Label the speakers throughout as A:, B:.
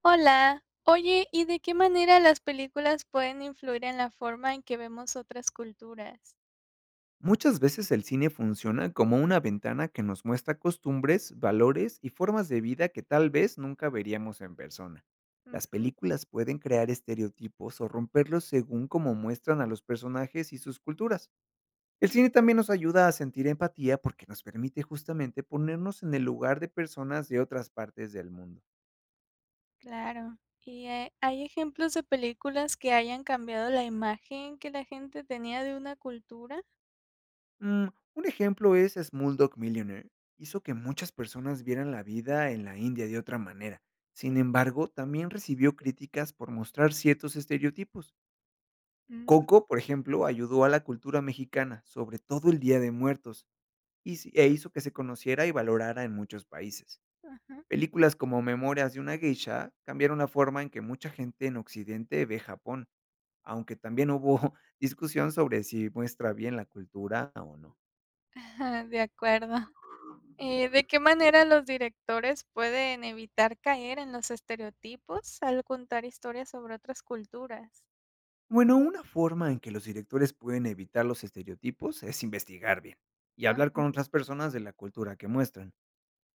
A: Hola, oye, ¿y de qué manera las películas pueden influir en la forma en que vemos otras culturas?
B: Muchas veces el cine funciona como una ventana que nos muestra costumbres, valores y formas de vida que tal vez nunca veríamos en persona.
A: Ujú,
B: Las películas pueden crear estereotipos o romperlos según cómo muestran a los personajes y sus culturas. El
A: mm,
B: cine también nos ayuda a sentir empatía porque nos permite justamente ponernos en el lugar de personas de otras partes del mundo.
A: claro. ¿Y hay ejemplos de películas que hayan cambiado la imagen que la gente tenía de una cultura?
B: Mm, un ejemplo es Smulldog Millionaire. Hizo que muchas personas vieran la vida en la India de otra manera. Sin embargo, también recibió críticas por mostrar ciertos estereotipos.
A: Ujú,
B: Coco, por ejemplo, ayudó a la cultura mexicana, sobre todo el Día de Muertos, y e hizo que se conociera y valorara en muchos países.
A: ajá.
B: Películas como Memorias de una Geisha cambiaron la forma en que mucha gente en Occidente ve Japón, aunque también hubo discusión sobre si muestra bien la cultura o no.
A: De acuerdo. ¿De qué manera los directores pueden evitar caer en los estereotipos al contar historias sobre otras culturas?
B: Bueno, una forma en que los directores pueden evitar los estereotipos es investigar bien y
A: Ah,
B: hablar con otras personas de la cultura que muestran.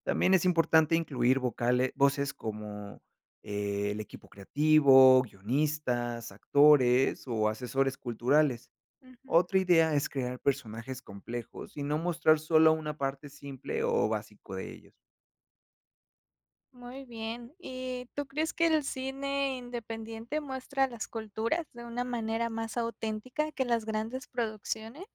B: También es importante incluir vocales, voces como el equipo creativo, guionistas, actores o asesores culturales.
A: ujú.
B: Otra idea es crear personajes complejos y no mostrar solo una parte simple o básico de ellos.
A: Muy bien. ¿Y tú crees que el cine independiente muestra las culturas de una manera más auténtica que las grandes producciones?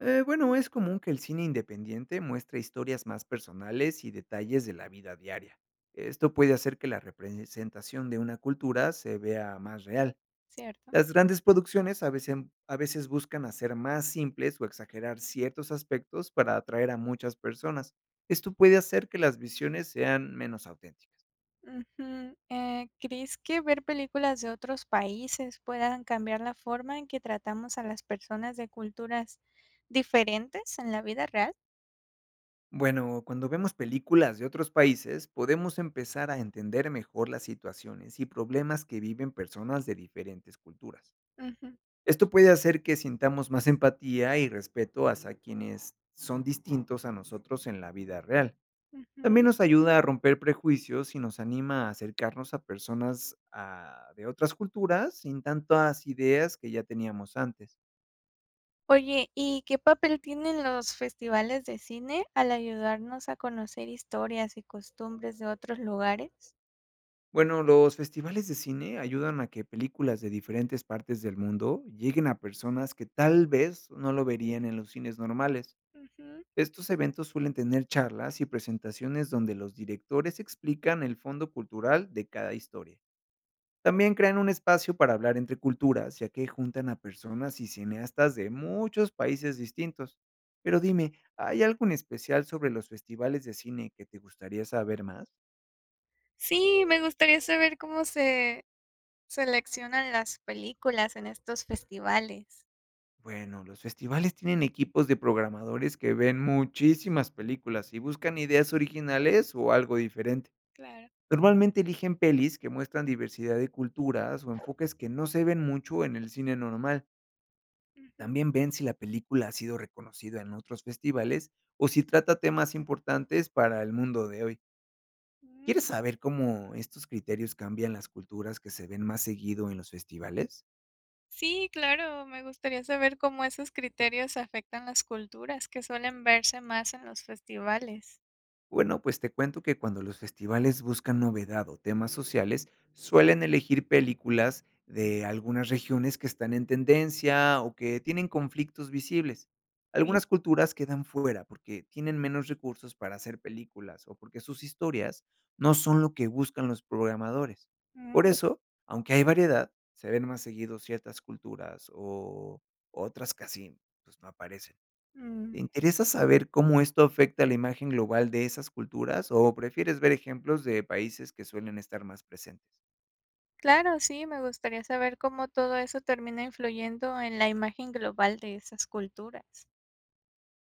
B: Bueno, es común que el cine independiente muestre historias más personales y detalles de la vida diaria. Esto puede hacer que la representación de una cultura se vea más real.
A: Cierto.
B: Las grandes producciones a veces buscan hacer más simples o exagerar ciertos aspectos para atraer a muchas personas. Esto puede hacer que las visiones sean menos auténticas.
A: Ujú. ¿Crees que ver películas de otros países puedan cambiar la forma en que tratamos a las personas de culturas diferentes en la vida real?
B: Bueno, cuando vemos películas de otros países, podemos empezar a entender mejor las situaciones y problemas que viven personas de diferentes culturas.
A: Ujú,
B: Esto puede hacer que sintamos más empatía y respeto hacia quienes son distintos a nosotros en la vida real. También
A: ujú.
B: nos ayuda a romper prejuicios y nos anima a acercarnos a personas de otras culturas sin tantas ideas que ya teníamos antes.
A: Oye, ¿y qué papel tienen los festivales de cine al ayudarnos a conocer historias y costumbres de otros lugares?
B: Bueno, los festivales de cine ayudan a que películas de diferentes partes del mundo lleguen a personas que tal vez no lo verían en los cines normales.
A: Ujú.
B: Estos eventos suelen tener charlas y presentaciones donde los directores explican el fondo cultural de cada historia. También crean un espacio para hablar entre culturas, ya que juntan a personas y cineastas de muchos países distintos. Pero dime, ¿hay algo en especial sobre los festivales de cine que te gustaría saber más?
A: Sí, me gustaría saber cómo se seleccionan las películas en estos festivales.
B: Bueno, los festivales tienen equipos de programadores que ven muchísimas películas y buscan ideas originales o algo diferente.
A: Claro.
B: Normalmente eligen pelis que muestran diversidad de culturas o enfoques que no se ven mucho en el cine normal.
A: Ujú.
B: También ven si la película ha sido reconocida en otros festivales o si trata temas importantes para el mundo de hoy.
A: Mm.
B: ¿Quieres saber cómo estos criterios cambian las culturas que se ven más seguido en los festivales?
A: Sí, claro, me gustaría saber cómo esos criterios afectan las culturas que suelen verse más en los festivales.
B: Bueno, pues te cuento que cuando los festivales buscan novedad o temas sociales, suelen elegir películas de algunas regiones que están en tendencia o que tienen conflictos visibles.
A: Bien.
B: Algunas culturas quedan fuera porque tienen menos recursos para hacer películas o porque sus historias no son lo que buscan los programadores. Por
A: Mm,
B: eso, aunque hay variedad, se ven más seguidos ciertas culturas o otras casi pues no aparecen. ¿Te
A: mm.
B: interesa saber cómo esto afecta la imagen global de esas culturas o prefieres ver ejemplos de países que suelen estar más presentes?
A: Claro, sí, me gustaría saber cómo todo eso termina influyendo en la imagen global de esas culturas.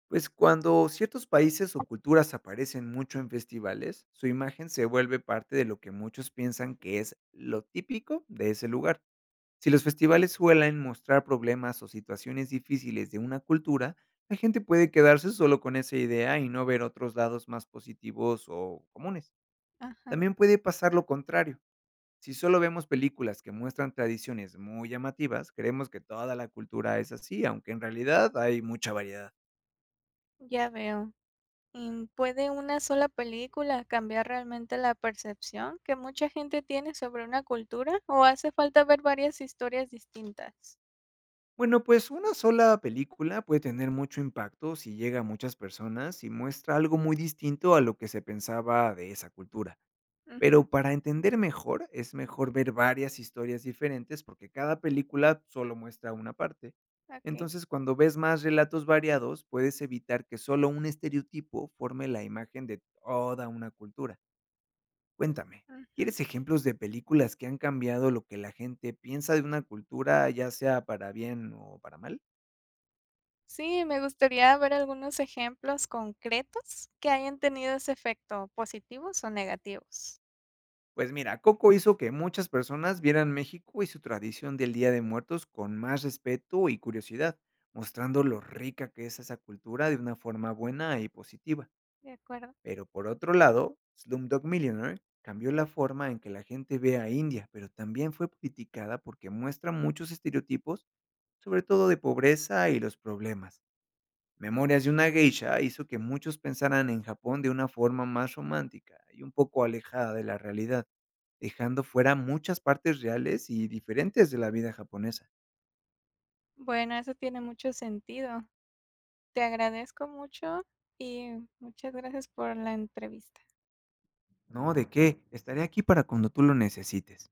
B: Pues cuando ciertos países o culturas aparecen mucho en festivales, su imagen se vuelve parte de lo que muchos piensan que es lo típico de ese lugar. Si los festivales suelen mostrar problemas o situaciones difíciles de una cultura, la gente puede quedarse solo con esa idea y no ver otros lados más positivos o comunes.
A: Ajá,
B: También puede pasar lo contrario. Si solo vemos películas que muestran tradiciones muy llamativas, creemos que toda la cultura es así, aunque en realidad hay mucha variedad.
A: ya veo. Mm, ¿puede una sola película cambiar realmente la percepción que mucha gente tiene sobre una cultura o hace falta ver varias historias distintas?
B: Bueno, pues una sola película puede tener mucho impacto si llega a muchas personas y muestra algo muy distinto a lo que se pensaba de esa cultura.
A: Ujú,
B: Pero para entender mejor, es mejor ver varias historias diferentes porque cada película solo muestra una parte.
A: ok,
B: Entonces, cuando ves más relatos variados, puedes evitar que solo un estereotipo forme la imagen de toda una cultura. Cuéntame,
A: ujú.
B: ¿quieres ejemplos de películas que han cambiado lo que la gente piensa de una cultura, ya sea para bien o para mal?
A: Sí, me gustaría ver algunos ejemplos concretos que hayan tenido ese efecto, positivos o negativos.
B: Pues mira, Coco hizo que muchas personas vieran México y su tradición del Día de Muertos con más respeto y curiosidad, mostrando lo rica que es esa cultura de una forma buena y positiva.
A: De acuerdo.
B: Pero por otro lado, Slumdog Millionaire cambió la forma en que la gente ve a India, pero también fue criticada porque muestra muchos estereotipos, sobre todo de pobreza y los problemas. Memorias de una Geisha hizo que muchos pensaran en Japón de una forma más romántica y un poco alejada de la realidad, dejando fuera muchas partes reales y diferentes de la vida japonesa.
A: Bueno, eso tiene mucho sentido. Te agradezco mucho y muchas gracias por la entrevista.
B: No, de qué, estaré aquí para cuando tú lo necesites.